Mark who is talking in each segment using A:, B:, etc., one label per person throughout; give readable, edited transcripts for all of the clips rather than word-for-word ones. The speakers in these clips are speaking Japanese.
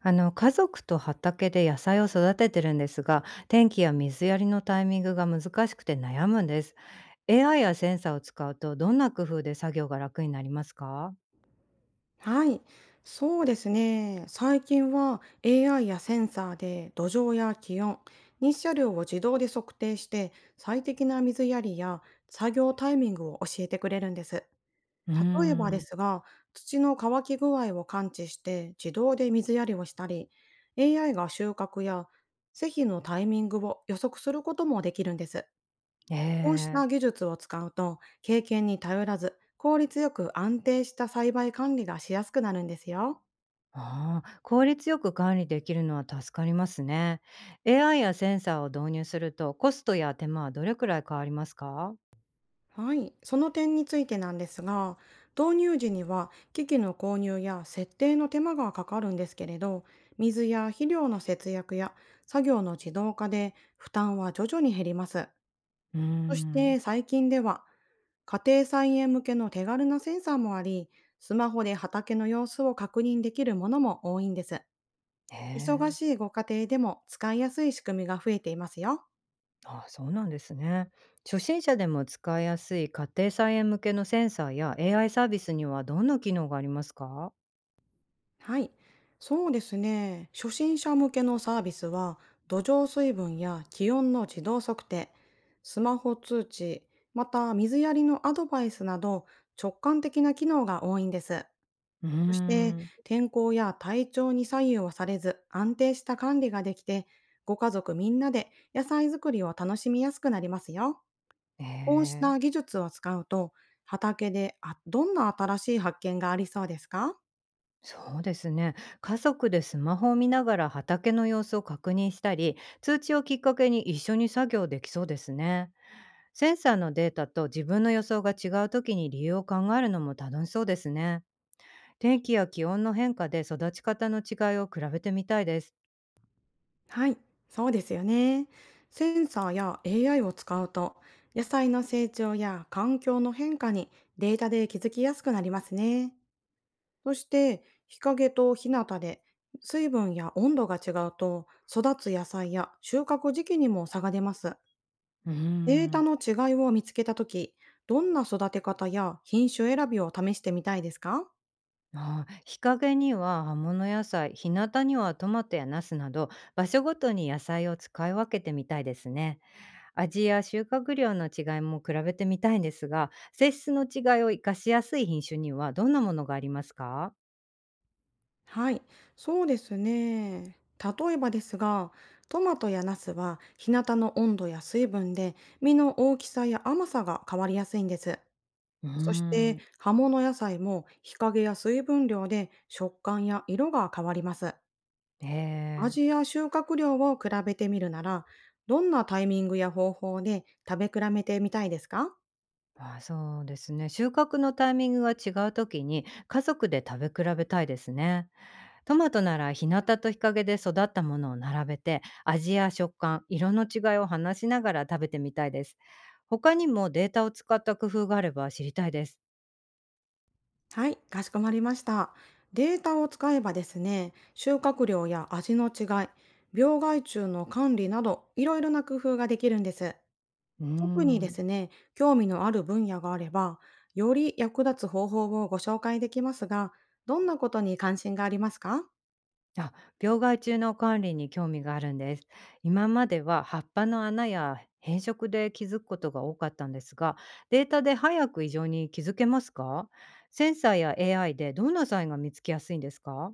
A: 家族と畑で野菜を育ててるんですが、天気や水やりのタイミングが難しくて悩むんです。 AI やセンサーを使うと、どんな工夫で作業が楽になりますか？
B: はい、そうですね。最近は AI やセンサーで土壌や気温、日射量を自動で測定して最適な水やりや作業タイミングを教えてくれるんです。
A: うー
B: 例えばで
A: ん、
B: すが、土の乾き具合を感知して自動で水やりをしたり、AI が収穫や施肥のタイミングを予測することもできるんです。
A: え
B: こうした
A: え。
B: 技術を使うと、経験に頼らず、効率よく安定した栽培管理がしやすくなるんですよ。
A: ああ、効率よく管理できるのは助かりますね。 AI やセンサーを導入すると、コストや手間はどれくらい変わりますか？
B: はい。その点についてなんですが、導入時には機器の購入や設定の手間がかかるんですけれど、水や肥料の節約や作業の自動化で負担は徐々に減ります。
A: うー
B: そして
A: ん。
B: 最近では、家庭菜園向けの手軽なセンサーもあり、スマホで畑の様子を確認できるものも多いんです。忙
A: ええ。
B: しいご家庭でも使いやすい仕組みが増えていますよ。
A: ああ、そうなんですね。初心者でも使いやすい家庭菜園向けのセンサーや AI サービスには、どんな機能がありますか？
B: はい。そうですね。初心者向けのサービスは、土壌水分や気温の自動測定、スマホ通知、また水やりのアドバイスなど直感的な機能が多いんです。
A: うー
B: そして
A: ん。
B: 天候や体調に左右はされず安定した管理ができて、ご家族みんなで野菜作りを楽しみやすくなりますよ。
A: え
B: こうし
A: え、
B: た技術を使うと、畑でどんな新しい発見がありそうですか？
A: そうですね。家族でスマホを見ながら畑の様子を確認したり、通知をきっかけに一緒に作業できそうですね。センサーのデータと自分の予想が違う時に理由を考えるのも楽しそうですね。天気や気温の変化で育ち方の違いを比べてみたいです。
B: はい。そうですよね。センサーや AI を使うと、野菜の成長や環境の変化にデータで気づきやすくなりますね。そして、日陰と日向で水分や温度が違うと、育つ野菜や収穫時期にも差が出ます。
A: うー
B: データ
A: ん。
B: の違いを見つけたとき、どんな育て方や品種選びを試してみたいですか？
A: ああ、日陰には葉物野菜、日向にはトマトやナスなど、場所ごとに野菜を使い分けてみたいですね。味や収穫量の違いも比べてみたいんですが、性質の違いを生かしやすい品種にはどんなものがありますか？
B: はい、そうですね。例えばですが、トマトやナスは日向の温度や水分で実の大きさや甘さが変わりやすいんです。
A: うー
B: そして
A: ん。
B: 葉物野菜も日陰や水分量で食感や色が変わります。
A: ええ。
B: 味や収穫量を比べてみるなら、どんなタイミングや方法で食べ比べてみたいですか？
A: ああ、そうですね。収穫のタイミングが違う時に家族で食べ比べたいですね。トマトなら日向と日陰で育ったものを並べて、味や食感、色の違いを話しながら食べてみたいです。他にもデータを使った工夫があれば知りたいです。
B: はい、かしこまりました。データを使えばですね、収穫量や味の違い、病害虫の管理など、いろいろな工夫ができるんです。
A: うー
B: 特にで
A: ん。
B: すね、興味のある分野があれば、より役立つ方法をご紹介できますが、どんなことに関心がありますか？
A: あ、病害虫の管理に興味があるんです。今までは葉っぱの穴や変色で気づくことが多かったんですが、データで早く異常に気づけますか？センサーや AI でどんなサインが見つけやすいんですか？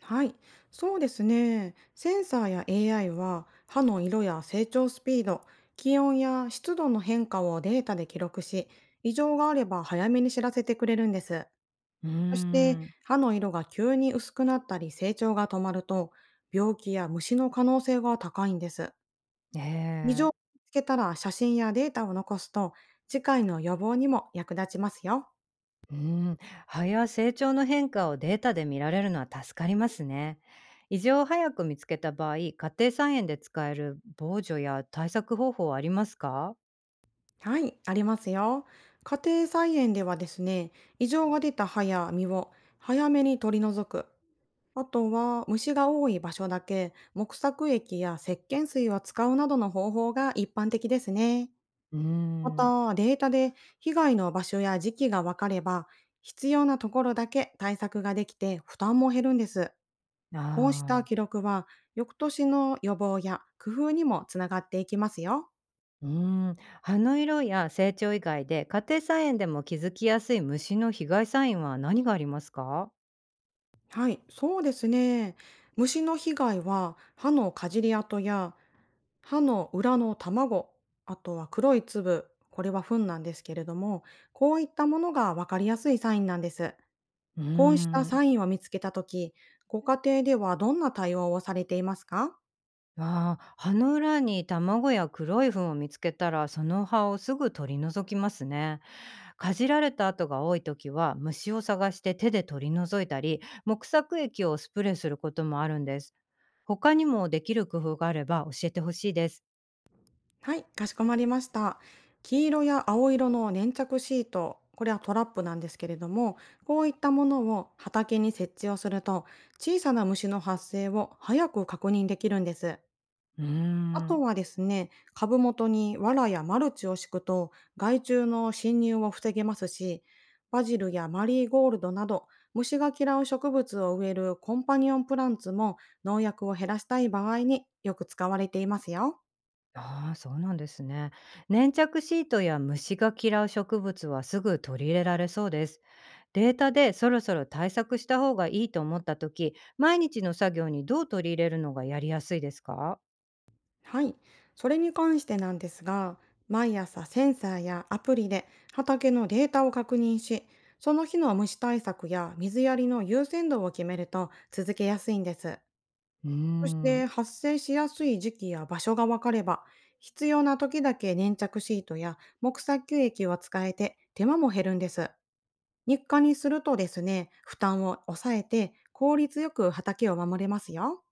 B: はい、そうですね。センサーや AI は、歯の色や成長スピード、気温や湿度の変化をデータで記録し、異常があれば早めに知らせてくれるんです。
A: うー
B: そして
A: ん。
B: 歯の色が急に薄くなったり成長が止まると病気や虫の可能性が高いんです。異常を
A: ええ。
B: 見つけたら写真やデータを残すと次回の予防にも役立ちますよ。
A: うーん、葉や成長の変化をデータで見られるのは助かりますね。異常を早く見つけた場合、家庭菜園で使える防除や対策方法はありますか？
B: はい、ありますよ。家庭菜園ではですね、異常が出た歯や実を早めに取り除く。あとは虫が多い場所だけ木作液や石鹸水を使うなどの方法が一般的ですね。
A: うー
B: ま
A: ん。
B: た、データで被害の場所や時期が分かれば、必要なところだけ対策ができて負担も減るんです。
A: あ
B: こうした
A: あ。
B: 記録は、翌年の予防や工夫にもつながっていきますよ。
A: うーん、葉の色や成長以外で家庭菜園でも気づきやすい虫の被害サインは何がありますか？
B: はい、そうですね。虫の被害は、歯のかじり跡や歯の裏の卵、あとは黒い粒、これは糞なんですけれども、こういったものが分かりやすいサインなんです。
A: うー
B: こうした
A: ん。
B: サインを見つけたとき、ご家庭ではどんな対応をされていますか？
A: ああ、葉の裏に卵や黒い糞を見つけたら、その葉をすぐ取り除きますね。かじられた跡が多い時は虫を探して手で取り除いたり、木作液をスプレーすることもあるんです。他にもできる工夫があれば教えてほしいです。
B: はい、かしこまりました。黄色や青色の粘着シート、これはトラップなんですけれども、こういったものを畑に設置をすると、小さな虫の発生を早く確認できるんです。
A: うー
B: あと
A: ん。
B: はですね、株元に藁やマルチを敷くと害虫の侵入を防げますし、バジルやマリーゴールドなど虫が嫌う植物を植えるコンパニオンプランツも農薬を減らしたい場合によく使われていますよ。
A: ああ、そうなんですね。粘着シートや虫が嫌う植物はすぐ取り入れられそうです。データでそろそろ対策した方がいいと思った時、毎日の作業にどう取り入れるのがやりやすいですか？
B: はい。それに関してなんですが、毎朝センサーやアプリで畑のデータを確認し、その日の虫対策や水やりの優先度を決めると続けやすいんです。
A: うー
B: そして
A: ん。
B: 発生しやすい時期や場所が分かれば、必要な時だけ粘着シートや木砂球液を使えて手間も減るんです。日課にするとですね、負担を抑えて効率よく畑を守れますよ。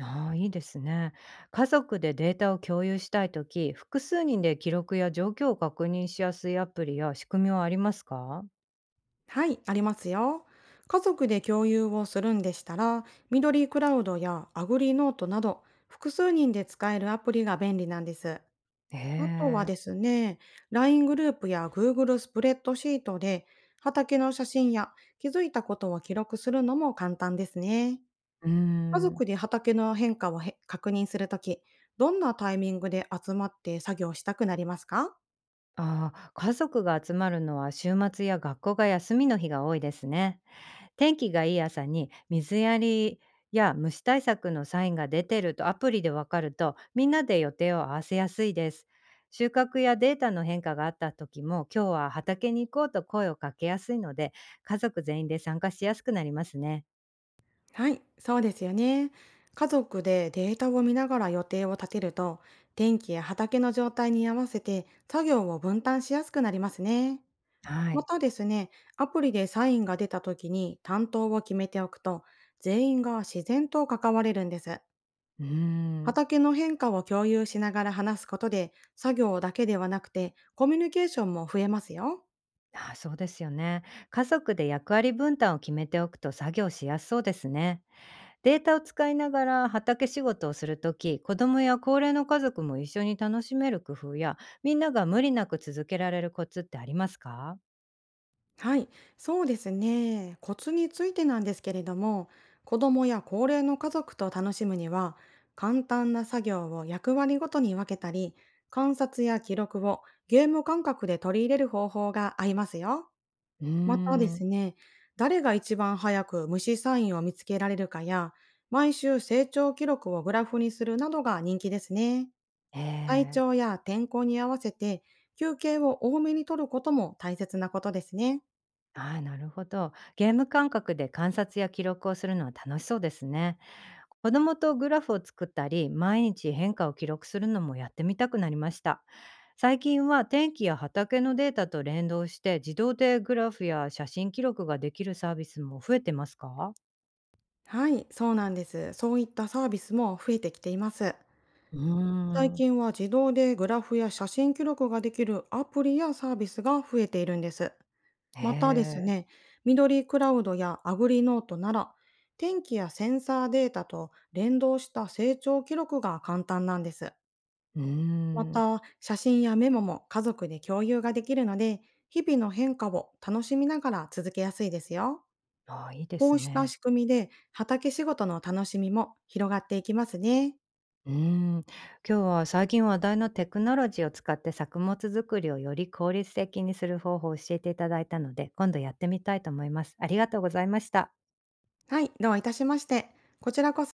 A: ああ、いいですね。家族でデータを共有したいとき、複数人で記録や状況を確認しやすいアプリや仕組みはありますか？
B: はい、ありますよ。家族で共有をするんでしたら、緑クラウドやアグリノートなど複数人で使えるアプリが便利なんです。あとは
A: ええ。
B: ですね、LINE グループや Google スプレッドシートで、畑の写真や気づいたことを記録するのも簡単ですね。
A: うー
B: 家
A: ん。
B: 族で畑の変化を確認するとき、どんなタイミングで集まって作業したくなりますか？
A: ああ、家族が集まるのは週末や学校が休みの日が多いですね。天気がいい朝に水やりや虫対策のサインが出てるとアプリでわかると、みんなで予定を合わせやすいです。収穫やデータの変化があった時も、今日は畑に行こうと声をかけやすいので、家族全員で参加しやすくなりますね。
B: はい、そうですよね。家族でデータを見ながら予定を立てると、天気や畑の状態に合わせて作業を分担しやすくなりますね。
A: は
B: ま
A: い。
B: たですね、アプリでサインが出た時に担当を決めておくと、全員が自然と関われるんです。
A: うーん。
B: 畑の変化を共有しながら話すことで、作業だけではなくて、コミュニケーションも増えますよ。
A: ああ、そうですよね。家族で役割分担を決めておくと作業しやすそうですね。データを使いながら畑仕事をするとき、子供や高齢の家族も一緒に楽しめる工夫や、みんなが無理なく続けられるコツってありますか？
B: はい、そうですね。コツについてなんですけれども、子供や高齢の家族と楽しむには、簡単な作業を役割ごとに分けたり、観察や記録をゲーム感覚で取り入れる方法が合いますよ。
A: うー
B: またで
A: ん。
B: すね、誰が一番早く虫サインを見つけられるかや、毎週成長記録をグラフにするなどが人気ですね。体
A: ええ。
B: 調や天候に合わせて休憩を多めに取ることも大切なことですね。
A: ああ、なるほど。ゲーム感覚で観察や記録をするのは楽しそうですね。子供とグラフを作ったり、毎日変化を記録するのもやってみたくなりました。最近は天気や畑のデータと連動して自動でグラフや写真記録ができるサービスも増えてますか？
B: はい、そうなんです。そういったサービスも増えてきています。
A: う
B: 最
A: ーん。
B: 近は自動でグラフや写真記録ができるアプリやサービスが増えているんです。
A: へ
B: またです
A: え。
B: ね、緑クラウドやアグリノートなら、天気やセンサーデータと連動した成長記録が簡単なんです。
A: うー
B: ま
A: ん。
B: た、写真やメモも家族で共有ができるので、日々の変化を楽しみながら続けやすいですよ。
A: ああ、いいで
B: こ
A: す
B: うした
A: ね。
B: 仕組みで畑仕事の楽しみも広がっていきますね。
A: うーん。今日は最近話題のテクノロジーを使って作物作りをより効率的にする方法を教えていただいたので、今度やってみたいと思います。ありがとうございました。
B: はい、どういたしまして。こちらこそ